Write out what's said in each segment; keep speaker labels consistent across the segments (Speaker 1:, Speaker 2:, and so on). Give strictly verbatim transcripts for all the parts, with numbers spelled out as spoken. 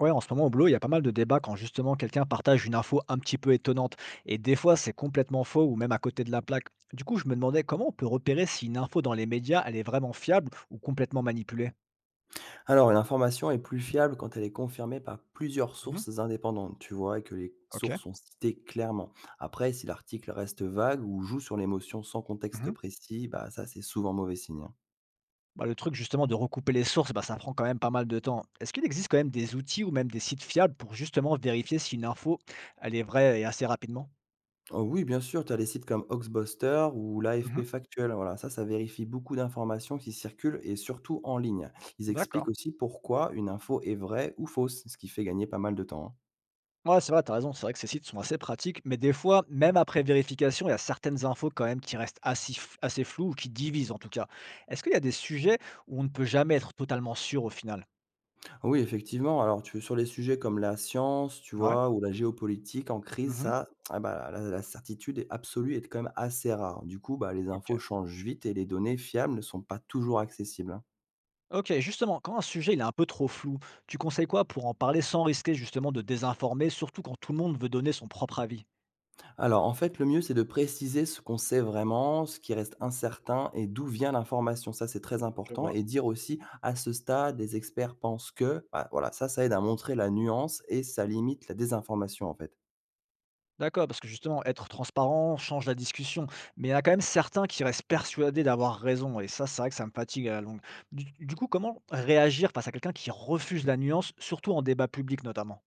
Speaker 1: Ouais, en ce moment, au boulot, il y a pas mal de débats quand justement quelqu'un partage une info un petit peu étonnante. Et des fois, c'est complètement faux ou même à côté de la plaque. Du coup, je me demandais comment on peut repérer si une info dans les médias, elle est vraiment fiable ou complètement manipulée.
Speaker 2: Alors, une information est plus fiable quand elle est confirmée par plusieurs
Speaker 1: Mhm.
Speaker 2: sources indépendantes, tu vois, et que les
Speaker 1: Ok.
Speaker 2: sources sont citées clairement. Après, si l'article reste vague ou joue sur l'émotion sans contexte
Speaker 1: Mhm.
Speaker 2: précis, bah ça, c'est souvent mauvais signe, hein.
Speaker 1: Bah, le truc justement de recouper les sources, bah, ça prend quand même pas mal de temps. Est-ce qu'il existe quand même des outils ou même des sites fiables pour justement vérifier si une info, elle est vraie et assez rapidement?
Speaker 2: Oh oui, bien sûr, tu as des sites comme Oxbuster ou
Speaker 1: Mhm.
Speaker 2: l'A F P Factuel. Voilà, ça, ça vérifie beaucoup d'informations qui circulent et surtout en ligne. Ils expliquent
Speaker 1: D'accord.
Speaker 2: aussi pourquoi une info est vraie ou fausse, ce qui fait gagner pas mal de temps, hein.
Speaker 1: Ouais, c'est vrai, t'as raison. C'est vrai que ces sites sont assez pratiques, mais des fois, même après vérification, il y a certaines infos quand même qui restent assez, f- assez floues ou qui divisent en tout cas. Est-ce qu'il y a des sujets où on ne peut jamais être totalement sûr au final?
Speaker 2: Oui, effectivement. Alors, tu sur les sujets comme la science, tu
Speaker 1: Ouais.
Speaker 2: vois, ou la géopolitique en crise,
Speaker 1: Mhm.
Speaker 2: ça, ah bah, la, la certitude est absolue et est quand même assez rare. Du coup, bah, les
Speaker 1: Ok.
Speaker 2: infos changent vite et les données fiables ne sont pas toujours accessibles, hein.
Speaker 1: Ok, justement, quand un sujet il est un peu trop flou, tu conseilles quoi pour en parler sans risquer justement de désinformer, surtout quand tout le monde veut donner son propre avis?
Speaker 2: Alors, en fait, le mieux, c'est de préciser ce qu'on sait vraiment, ce qui reste incertain et d'où vient l'information. Ça, c'est très
Speaker 1: Je
Speaker 2: important.
Speaker 1: vois.
Speaker 2: Et dire aussi, à ce stade, les experts pensent que, bah, voilà, ça, ça aide à montrer la nuance et ça limite la désinformation, en fait.
Speaker 1: D'accord, parce que justement, être transparent change la discussion. Mais il y en a quand même certains qui restent persuadés d'avoir raison. Et ça, c'est vrai que ça me fatigue à la longue. Du, du coup, comment réagir face à quelqu'un qui refuse la nuance, surtout en débat public notamment?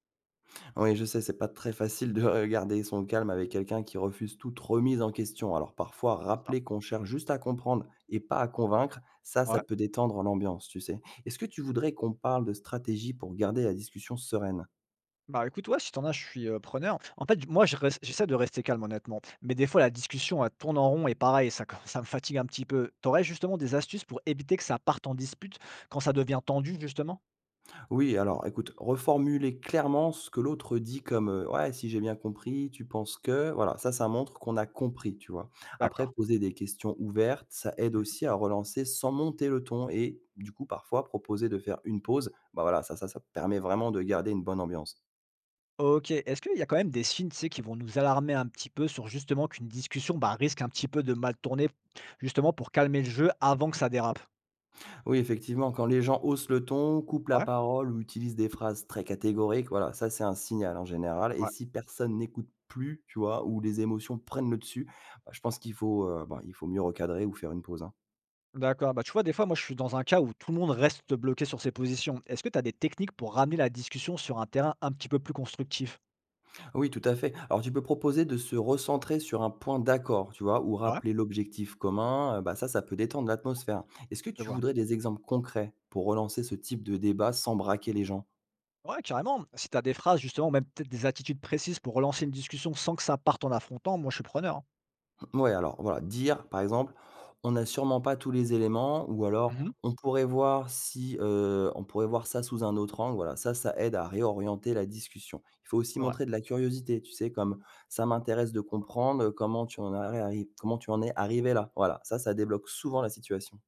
Speaker 2: Oui, je sais, c'est pas très facile de garder son calme avec quelqu'un qui refuse toute remise en question. Alors parfois,
Speaker 1: C'est ça.
Speaker 2: rappeler qu'on cherche juste à comprendre et pas à convaincre, ça, ça
Speaker 1: Ouais.
Speaker 2: peut détendre l'ambiance, tu sais. Est-ce que tu voudrais qu'on parle de stratégie pour garder la discussion sereine?
Speaker 1: Bah écoute, ouais, si t'en as, je suis euh, preneur. En fait, moi, je reste- j'essaie de rester calme, honnêtement. Mais des fois, la discussion, elle tourne en rond et pareil, ça, com- ça me fatigue un petit peu. T'aurais justement des astuces pour éviter que ça parte en dispute quand ça devient tendu, justement?
Speaker 2: Oui, alors écoute, reformuler clairement ce que l'autre dit comme, heu: «Ouais, si j'ai bien compris, tu penses que», voilà, ça, ça montre qu'on a compris, tu vois? Après,
Speaker 1: D'accord.
Speaker 2: poser des questions ouvertes, ça aide aussi à relancer sans monter le ton et du coup, parfois, proposer de faire une pause, bah, voilà, ça ça ça permet vraiment de garder une bonne ambiance.
Speaker 1: Ok. Est-ce qu'il y a quand même des signes, tu sais, qui vont nous alarmer un petit peu sur justement qu'une discussion, bah, risque un petit peu de mal tourner, justement pour calmer le jeu avant que ça dérape?
Speaker 2: Oui, effectivement, quand les gens haussent le ton, coupent la
Speaker 1: Ouais,
Speaker 2: parole ou utilisent des phrases très catégoriques, voilà, ça c'est un signal en général. Et
Speaker 1: ouais.
Speaker 2: si personne n'écoute plus, tu vois, ou les émotions prennent le dessus, bah, je pense qu'il faut, euh, bah, il faut mieux recadrer ou faire une pause, hein.
Speaker 1: D'accord, bah, tu vois, des fois, moi, je suis dans un cas où tout le monde reste bloqué sur ses positions. Est-ce que tu as des techniques pour ramener la discussion sur un terrain un petit peu plus constructif?
Speaker 2: Oui, tout à fait. Alors tu peux proposer de se recentrer sur un point d'accord, tu vois, ou
Speaker 1: Ouais,
Speaker 2: rappeler l'objectif commun. Euh, bah, ça, ça peut détendre l'atmosphère. Est-ce que
Speaker 1: je
Speaker 2: tu
Speaker 1: vois.
Speaker 2: voudrais des exemples concrets pour relancer ce type de débat sans braquer les gens?
Speaker 1: Ouais, carrément. Si tu as des phrases, justement, ou même peut-être des attitudes précises pour relancer une discussion sans que ça parte en affrontant, moi, je suis preneur, hein.
Speaker 2: Ouais, alors voilà, dire par exemple: «On n'a sûrement pas tous les éléments» ou alors:
Speaker 1: Mhm.
Speaker 2: «On pourrait voir si, heu, on pourrait voir ça sous un autre angle». Voilà, ça, ça aide à réorienter la discussion. Il faut aussi
Speaker 1: Ouais.
Speaker 2: montrer de la curiosité, tu sais? Comme: «Ça m'intéresse de comprendre, comment tu en arrêt arriv comment tu en es arrivé là». Voilà, ça, ça débloque souvent la situation.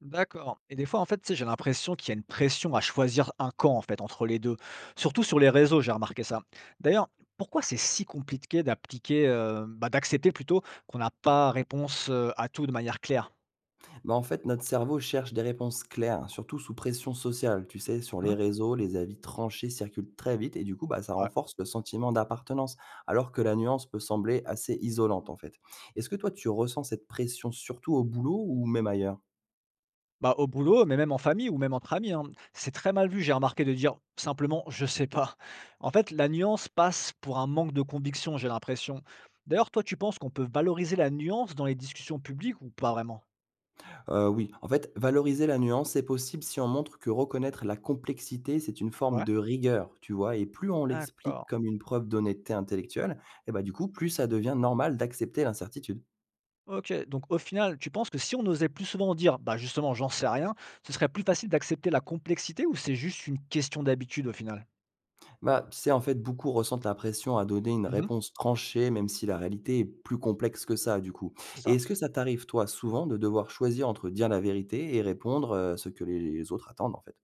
Speaker 1: D'accord. Et des fois, en fait, tu sais, j'ai l'impression qu'il y a une pression à choisir un camp, en fait, entre les deux. Surtout sur les réseaux, j'ai remarqué ça. D'ailleurs, pourquoi c'est si compliqué d'appliquer, euh, bah, d'accepter plutôt qu'on n'a pas réponse euh, à tout de manière claire?
Speaker 2: Bah, en fait, notre cerveau cherche des réponses claires, surtout sous pression sociale. Tu sais, sur les
Speaker 1: Hein.
Speaker 2: réseaux, les avis tranchés circulent très vite et du coup, bah, ça
Speaker 1: Ouais.
Speaker 2: renforce le sentiment d'appartenance, alors que la nuance peut sembler assez isolante en fait. Est-ce que toi, tu ressens cette pression surtout au boulot ou même ailleurs?
Speaker 1: Bah, au boulot, mais même en famille ou même entre amis, hein. C'est très mal vu, j'ai remarqué, de dire simplement je sais pas. En fait, la nuance passe pour un manque de conviction, j'ai l'impression. D'ailleurs, toi, tu penses qu'on peut valoriser la nuance dans les discussions publiques ou pas vraiment?
Speaker 2: Euh, Oui, en fait, valoriser la nuance est possible si on montre que reconnaître la complexité, c'est une forme
Speaker 1: Ouais.
Speaker 2: de rigueur, tu vois, et plus on l'explique
Speaker 1: D'accord.
Speaker 2: comme une preuve d'honnêteté intellectuelle, et bah, du coup, plus ça devient normal d'accepter l'incertitude.
Speaker 1: Ok, donc au final, tu penses que si on osait plus souvent dire: «Bah, justement, j'en sais rien», ce serait plus facile d'accepter la complexité ou c'est juste une question d'habitude au final?
Speaker 2: Bah, tu sais, en fait, beaucoup ressentent la pression à donner une
Speaker 1: Mmh.
Speaker 2: réponse tranchée, même si la réalité est plus complexe que ça, du coup.
Speaker 1: C'est
Speaker 2: Et
Speaker 1: ça?
Speaker 2: est-ce que ça t'arrive, toi, souvent, de devoir choisir entre dire la vérité et répondre euh, ce que les les autres attendent, en fait?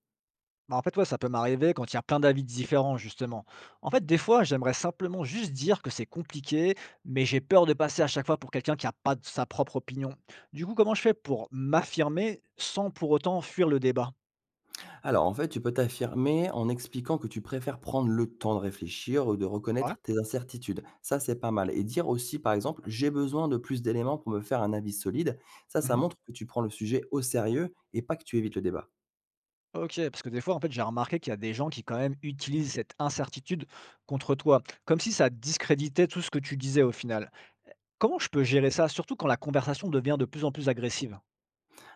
Speaker 1: Bah, en fait, ouais, ça peut m'arriver quand il y a plein d'avis différents justement. En fait, des fois, j'aimerais simplement juste dire que c'est compliqué, mais j'ai peur de passer à chaque fois pour quelqu'un qui a pas d sa propre opinion. Du coup, comment je fais pour m'affirmer sans pour autant fuir le débat?
Speaker 2: Alors, en fait, tu peux t'affirmer en expliquant que tu préfères prendre le temps de réfléchir ou de
Speaker 1: Ouais.
Speaker 2: reconnaître tes incertitudes. Ça, c'est pas mal. Et dire aussi, par exemple, j'ai besoin de plus d'éléments pour me faire un avis solide. Ça, ça
Speaker 1: Mmh.
Speaker 2: montre que tu prends le sujet au sérieux et pas que tu évites le débat.
Speaker 1: Ok, parce que des fois, en fait, j'ai remarqué qu'il y a des gens qui quand même utilisent cette incertitude contre toi, comme si ça discréditait tout ce que tu disais au final. Comment je peux gérer ça, surtout quand la conversation devient de plus en plus agressive?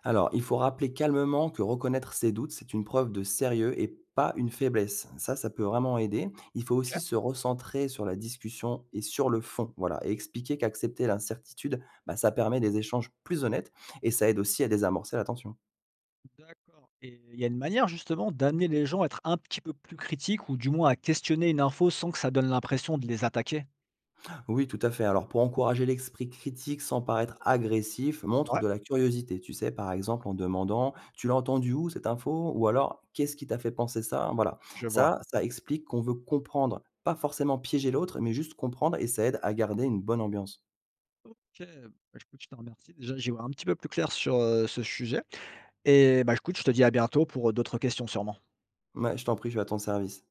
Speaker 2: Alors, il faut rappeler calmement que reconnaître ses doutes, c'est une preuve de sérieux et pas une faiblesse. Ça, ça peut vraiment aider. Il faut
Speaker 1: Ok.
Speaker 2: aussi se recentrer sur la discussion et sur le fond, voilà, et expliquer qu'accepter l'incertitude, bah, ça permet des échanges plus honnêtes et ça aide aussi à désamorcer la tension.
Speaker 1: D'accord. Et il y a une manière justement d'amener les gens à être un petit peu plus critiques ou du moins à questionner une info sans que ça donne l'impression de les attaquer?
Speaker 2: Oui, tout à fait. Alors, pour encourager l'esprit critique sans paraître agressif, montre
Speaker 1: Ouais,
Speaker 2: de la curiosité. Tu sais, par exemple, en demandant «Tu l'as entendu où cette info?» ou alors «Qu'est-ce qui t'a fait penser ça?» Voilà.
Speaker 1: je vois.
Speaker 2: Ça, ça explique qu'on veut comprendre, pas forcément piéger l'autre, mais juste comprendre et ça aide à garder une bonne ambiance.
Speaker 1: Ok, bah, écoute, je te remercie. Déjà, j'y vois un petit peu plus clair sur euh, ce sujet. Et bah, écoute, je te dis à bientôt pour euh, d'autres questions sûrement.
Speaker 2: Ouais, je t'en prie, je suis à ton service.